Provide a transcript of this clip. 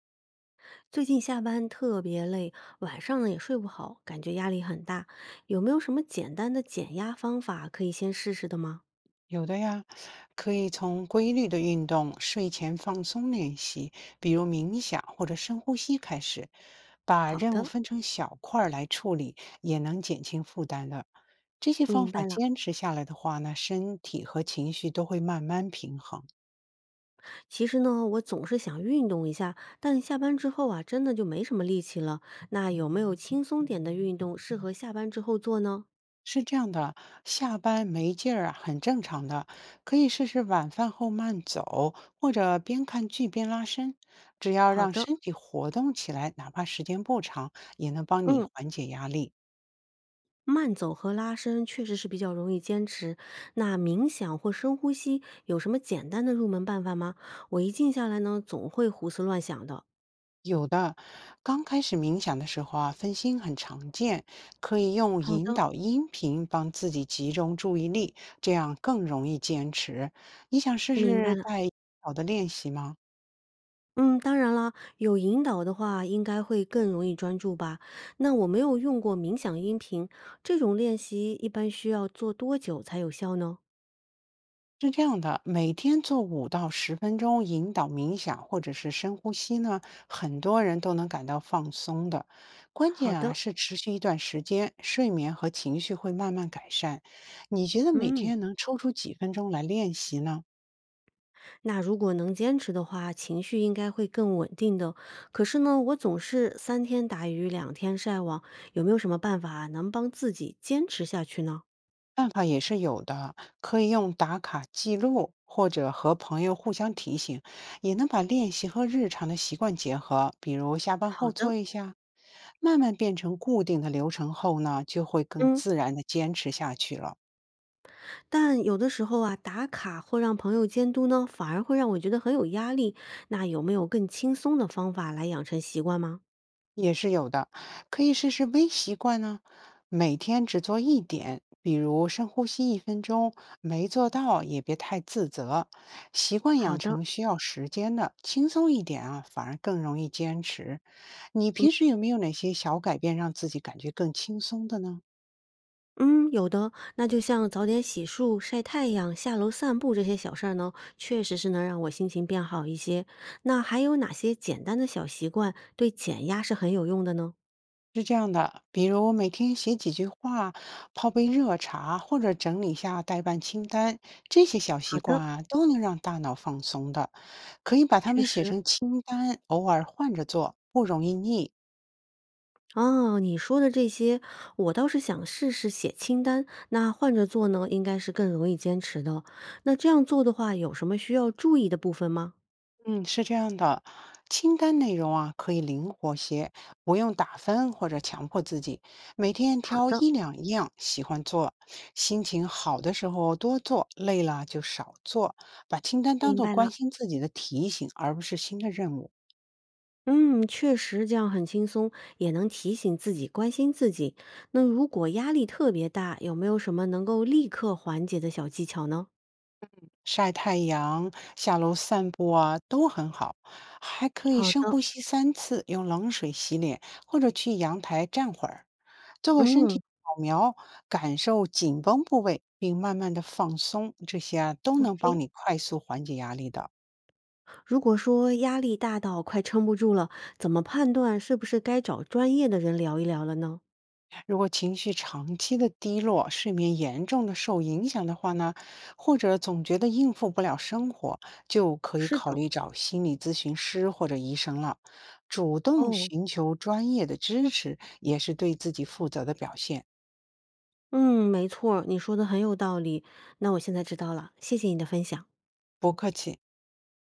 最近下班特别累，晚上呢也睡不好，感觉压力很大。有没有什么简单的减压方法可以先试试的吗？有的呀，可以从规律的运动、睡前放松练习，比如冥想或者深呼吸开始，把好任务的，分成小块儿来处理，也能减轻负担的。这些方明法白了。坚持下来的话呢，身体和情绪都会慢慢平衡。其实呢，我总是想运动一下，但下班之后啊，真的就没什么力气了。那有没有轻松点的运动适合下班之后做呢？是这样的，下班没劲儿啊，很正常的，可以试试晚饭后慢走，或者边看剧边拉伸，只要好让的，身体活动起来，哪怕时间不长，也能帮你嗯，缓解压力。慢走和拉伸确实是比较容易坚持。那冥想或深呼吸有什么简单的入门办法吗？我一静下来呢，总会胡思乱想的。有的，刚开始冥想的时候啊，分心很常见，可以用好引的。导音频帮自己集中注意力，这样更容易坚持。你想试明白试了，带引导的练习吗？嗯，当然了，有引导的话应该会更容易专注吧。那我没有用过冥想音频，这种练习一般需要做多久才有效呢？是这样的，每天做5到10分钟引导冥想或者是深呼吸呢，很多人都能感到放松的。关好键啊的，是持续一段时间，睡眠和情绪会慢慢改善。你觉得每嗯，天能抽出几分钟来练习呢？那如果能坚持的话，情绪应该会更稳定的。可是呢，我总是三天打鱼两天晒网，有没有什么办法能帮自己坚持下去呢？办法也是有的，可以用打卡记录或者和朋友互相提醒，也能把练习和日常的习惯结合，比如下班好后做的，一下，慢慢变成固定的流程后呢，就会更嗯。自然的坚持下去了，但有的时候啊，打卡或让朋友监督呢，反而会让我觉得很有压力。那有没有更轻松的方法来养成习惯吗？也是有的。可以试试微习惯呢，每天只做一点，比如深呼吸1分钟，没做到也别太自责。习惯好养的，成需要时间的，轻松一点啊，反而更容易坚持。你平时有没有哪些小改变让自己感觉更轻松的呢？嗯，有的。那就像早点洗漱、晒太阳、下楼散步这些小事儿呢，确实是能让我心情变好一些。那还有哪些简单的小习惯对减压是很有用的呢？是这样的，比如每天写几句话，泡杯热茶，或者整理下待办清单，这些小习好惯的，啊，都能让大脑放松的。可以把它确们写实，成清单，偶尔换着做，不容易腻。哦，你说的这些，我倒是想试试写清单，那换着做呢，应该是更容易坚持的。那这样做的话，有什么需要注意的部分吗？嗯，是这样的，清单内容啊可以灵活些，不用打分或者强迫自己，每天好挑的，一两样喜欢做，心情好的时候多做，累了就少做，把清单当明做白关了。心自己的提醒，而不是新的任务。嗯，确实这样很轻松，也能提醒自己关心自己。那如果压力特别大，有没有什么能够立刻缓解的小技巧呢？晒太阳、下楼散步啊，都很好。还可以好深的，呼吸3次，用冷水洗脸，或者去阳台站会儿，做个身体嗯扫描，感受紧绷部位，并慢慢的放松。这些啊，都能帮，OK。你快速缓解压力的。如果说压力大到快撑不住了，怎么判断是不是该找专业的人聊一聊了呢？如果情绪长期的低落，睡眠严重的受影响的话呢，或者总觉得应付不了生活，就可以是考的，虑找心理咨询师或者医生了。主动哦，寻求专业的支持，也是对自己负责的表现。嗯，没错儿你说的很有道理。那我现在知道了，谢谢你的分享。不客气。